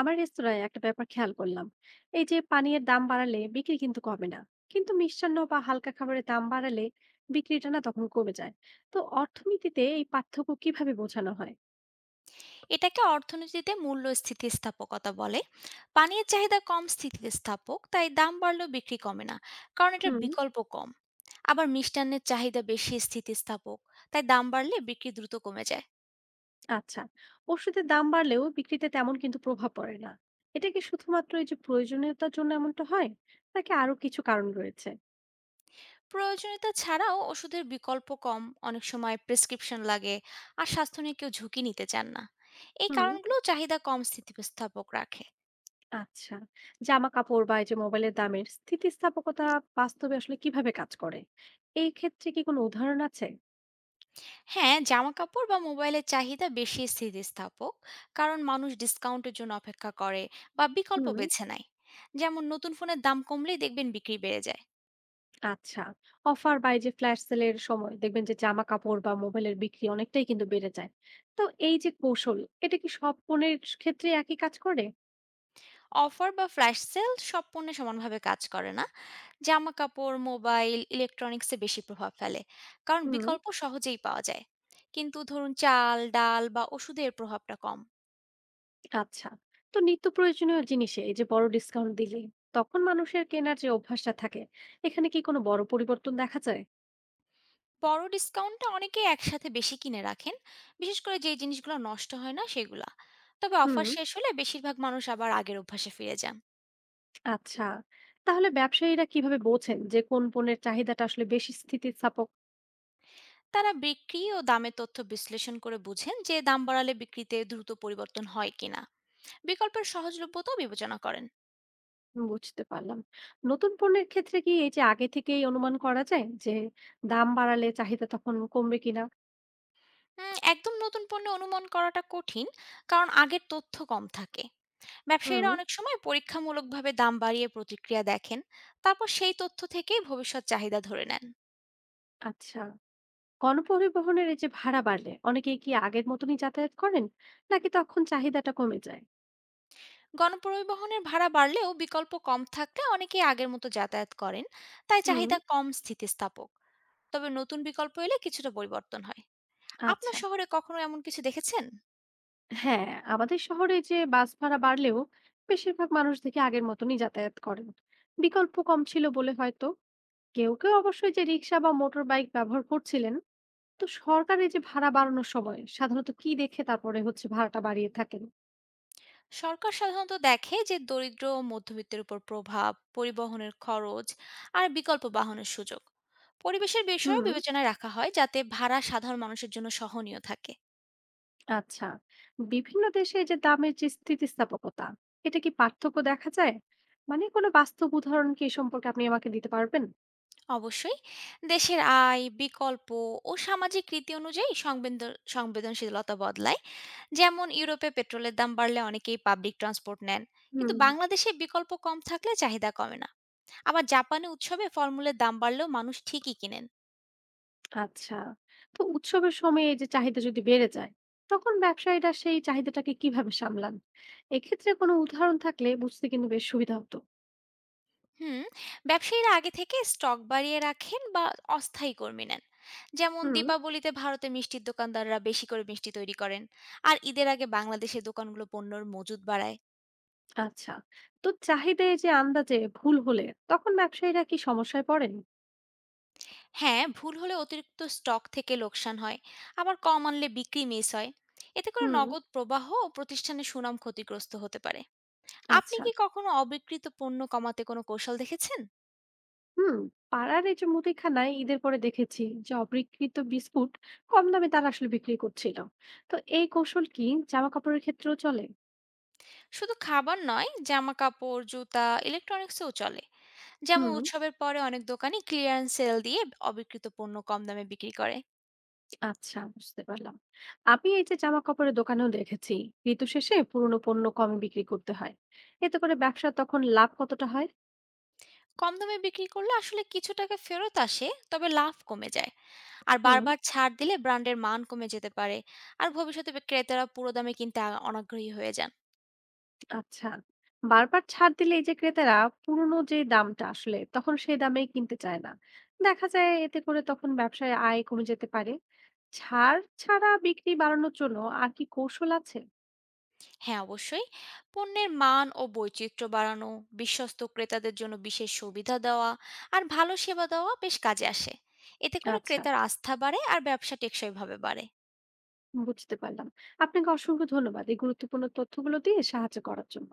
আমার রেস্তোরাঁয় একটা ব্যাপার খেয়াল করলাম। এই যে পানীয়ের দাম বাড়ালে বিক্রি কিন্তু কমে না, কিন্তু মিষ্টান্ন বা হালকা খাবারের দাম বাড়ালে বিক্রিটা না তখন কমে যায়। তো অর্থনীতিতে এই পার্থক্য কিভাবে বোঝানো হয়? এটাকে অর্থনীতিতে মূল্য স্থিতিস্থাপকতা বলে। পানির চাহিদা কম স্থিতিস্থাপক, তাই দাম বাড়লেও বিক্রি কমে না, কারণ এটার হুম। বিকল্প কম। আবার মিষ্টান্নের চাহিদা বেশি স্থিতিস্থাপক, তাই দাম বাড়লে বিক্রি দ্রুত কমে যায়। আচ্ছা। ওষুধের দাম বাড়লেও বিক্রিতে তেমন কিন্তু প্রভাব পড়ে না। এটা কি শুধুমাত্র এই যে প্রয়োজনীয়তার জন্য এমনটা হয়, নাকি আরো কিছু কারণ রয়েছে? প্রয়োজনীয়তা ছাড়াও ওষুধের বিকল্প কম, অনেক সময় প্রেসক্রিপশন লাগে, আর স্বাস্থ্য নিয়ে কেউ ঝুঁকি নিতে চান না। এই হুম। কারণগুলো চাহিদা কম স্থিতিস্থাপক রাখে। আচ্ছা। জামা কাপড় বা এই যে মোবাইলের দামের স্থিতিস্থাপকতা বাস্তবে আসলে কিভাবে কাজ করে? এই ক্ষেত্রে কি কোনো উদাহরণ আছে? হ্যাঁ, জামাকাপড় বা মোবাইলের চাহিদা বেশি স্থিতিস্থাপক, কারণ মানুষ ডিসকাউন্টের জন্য অপেক্ষা করে বা বিকল্প হুম। বেছে নেয়। যেমন নতুন ফোনের দাম কমলেই দেখবেন বিক্রি বেড়ে যায়। আচ্ছা। অফার বা এই যে ফ্ল্যাশ সেলের সময় দেখবেন যে জামা কাপড় বা মোবাইলের বিক্রি অনেকটাই কিন্তু বেড়ে যায়। তো এই যে কৌশল, এটা কি সব পণ্যের ক্ষেত্রে একই কাজ করে? অফার বা ফ্ল্যাশ সেল সব পণ্যে সমানভাবে কাজ করে না। জামা কাপড়, মোবাইল, ইলেকট্রনিক্সে বেশি প্রভাব ফেলে, কারণ হুম। বিকল্প সহজেই পাওয়া যায়। কিন্তু ধরুন, চাল, ডাল বা ওষুধের প্রভাবটা কম। আচ্ছা। তো নিত্য প্রয়োজনীয় জিনিসে এই যে বড় ডিসকাউন্ট দিলে তখন মানুষের কেনার যে অভ্যাসটা থাকে, এখানে কি কোনো বড় পরিবর্তন দেখা যায়? বড় ডিসকাউন্টটা অনেকেই একসাথে বেশি কিনে রাখেন, বিশেষ করে যে জিনিসগুলো নষ্ট হয় না সেগুলা। তবে হুম। অফার শেষ হলে বেশিরভাগ মানুষ আবার আগের অভ্যাসে ফিরে যান। আচ্ছা। তাহলে ব্যবসায়ীরা কিভাবে বোঝেন যে কোন পণ্যের চাহিদাটা আসলে বেশি স্থিতিস্থাপক? তারা বিক্রি ও দামের তথ্য বিশ্লেষণ করে বুঝেন যে দাম বাড়ালে বিক্রিতে দ্রুত পরিবর্তন হয় কিনা। বিকল্পের সহজলভ্যতাও বিবেচনা করেন। বুঝতে পারলাম। নতুন পণ্যের ক্ষেত্রে কি এই যে আগে থেকেই অনুমান করা যায় যে দাম বাড়ালে চাহিদা তখন কমবে কিনা? একদম নতুন পণ্য অনুমান করাটা কঠিন, কারণ আগের তথ্য কম থাকে। হুম। ব্যবসায়ীরা অনেক সময় পরীক্ষামূলকভাবে দাম বাড়িয়ে প্রতিক্রিয়া দেখেন। তারপর সেই তথ্য থেকেই ভবিষ্যৎ চাহিদা ধরে নেন। আচ্ছা। গণপরিবহনের এই যে ভাড়া বাড়লে অনেকেই কি আগের মতনই যাতায়াত করেন, নাকি তখন চাহিদাটা কমে যায়? গণপরিবহনের ভাড়া বাড়লেও বিকল্প কম থাকলে অনেকেই আগের মতো যাতায়াত করেন, তাই হুম। চাহিদা কম স্থিতিস্থাপক। তবে নতুন বিকল্প এলে কিছুটা পরিবর্তন হয়। আপনার আচ্ছা। শহরে কখনো এমন কিছু দেখেছেন? হ্যাঁ, আমাদের শহরে যে বাস ভাড়া বাড়লেও বেশিরভাগ মানুষ দেখি আগের মতনই যাতায়াত করেন। বিকল্প কম ছিল বলে হয়তো। কেউ কেউ অবশ্যই যে রিক্সা বা মোটর বাইক ব্যবহার করছিলেন। তো সরকার এই যে ভাড়া বাড়ানোর সময় সাধারণত কি দেখে তারপরে হচ্ছে ভাড়াটা বাড়িয়ে থাকেন? সরকার সাধারণত দেখে যে দরিদ্র ও মধ্যবিত্তের উপর প্রভাব, পরিবহনের খরচ, আর বিকল্প বাহনের সুযোগ। পরিবেশের বিষয়ও হুম। বিবেচনায় রাখা হয়, যাতে ভাড়া সাধারণ মানুষের জন্য সহনীয় থাকে। আচ্ছা। বিভিন্ন দেশে এই যে দামের যে স্থিতিস্থাপকতা, এটা কি পার্থক্য দেখা যায়? মানে কোনো বাস্তব উদাহরণ কি এ সম্পর্কে আপনি আমাকে দিতে পারবেন? অবশ্যই। দেশের আয়, বিকল্প ও সামাজিক রীতি অনুযায়ী সংবেদনশীলতা বদলায়। যেমন ইউরোপে পেট্রোলের দাম বাড়লে অনেকেই পাবলিক ট্রান্সপোর্ট নেন, কিন্তু হুম। বাংলাদেশে বিকল্প কম থাকলে চাহিদা কমে না। আবার জাপানে উৎসবে ফলমূলের দাম বাড়লেও মানুষ ঠিকই কিনেন। আচ্ছা। তো উৎসবের সময় এই যে চাহিদা যদি বেড়ে যায়, তখন ব্যবসায়ীরা সেই চাহিদাটাকে কিভাবে সামলান? এক্ষেত্রে কোনো উদাহরণ থাকলে বুঝতে কিন্তু বেশ সুবিধা হতো। হুম। ব্যবসায়ীরা আগে থেকে স্টক বাড়িয়ে রাখেন বা অস্থায়ী কর্মী নেন। যেমন হুম। দীপাবলিতে ভারতে মিষ্টির দোকানদাররা বেশি করে মিষ্টি তৈরি করেন। আর ঈদের আগে বাংলাদেশে দোকানগুলো পণ্যর মজুদ বাড়ায়। আচ্ছা। তো চাহিদায় যে আন্দাজে ভুল হলে তখন ব্যবসায়ীরা কি সমস্যায় পড়েন? হ্যাঁ, ভুল হলে অতিরিক্ত স্টক থেকে লোকসান হয়। আবার কম আনলে বিক্রি মিস হয়। এতে করে হুম। নগদ প্রবাহ ও প্রতিষ্ঠানের সুনাম ক্ষতিগ্রস্ত হতে পারে। আপনি আচ্ছা। কি কখনো অবিক্রিত পণ্য কমাতে কোনো কৌশল দেখেছেন? হুম। পাড়ার এই যে মুদিখানায় ঈদের পরে দেখেছি যে অবিকৃত বিস্কুট কম দামে তারা আসলে বিক্রি করছিল। তো এই কৌশল কি জামা কাপড়ের ক্ষেত্রেও চলে? শুধু খাবার নয়, জামাকাপড়, জুতা, ইলেকট্রনিক্সেও চলে। যেমন হুম। উৎসবের পরে অনেক দোকানই ক্লিয়ারেন্স সেল দিয়ে অবিক্রিত পণ্য কম দামে বিক্রি করে। আচ্ছা, বুঝতে পারলাম। আমি এই যে জামা কাপড়ের দোকানেও দেখেছি ঋতু শেষে পুরনো পণ্য কমে বিক্রি করতে হয়। এতে করে ব্যবসা তখন লাভ কতটা হয়? কম দামে বিক্রি করলে আসলে কিছু টাকা ফেরত আসে, তবে লাভ কমে যায়। আর হুম। বারবার ছাড় দিলে ব্র্যান্ডের মান কমে যেতে পারে। আর ভবিষ্যতে ক্রেতারা পুরো দামে কিনতে অনাগ্রহী হয়ে যান। আচ্ছা। বারবার ছাড় দিলে এই যে ক্রেতারা পুরনো যে দামটা আসলে তখন সেই দামেই কিনতে চায় না। দেখা যায় এতে করে তখন ব্যবসায় আয় কমে যেতে পারে। ছাড় ছাড়া বিক্রি বাড়ানোর জন্য আর কি কৌশল আছে? হ্যাঁ, অবশ্যই। পণ্যের মান ও বৈচিত্র্য বাড়ানো, বিশ্বস্ত ক্রেতাদের জন্য বিশেষ সুবিধা দেওয়া, আর ভালো সেবা দেওয়া বেশ কাজে আসে। এতে করে আচ্ছা, ক্রেতার আস্থা বাড়ে আর ব্যবসা টেকসইভাবে বাড়ে। বুঝতে পারলাম। আপনাকে অসংখ্য ধন্যবাদ এই গুরুত্বপূর্ণ তথ্যগুলো দিয়ে সাহায্য করার জন্য।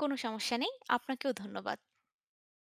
কোনো সমস্যা নেই, আপনাকেও ধন্যবাদ।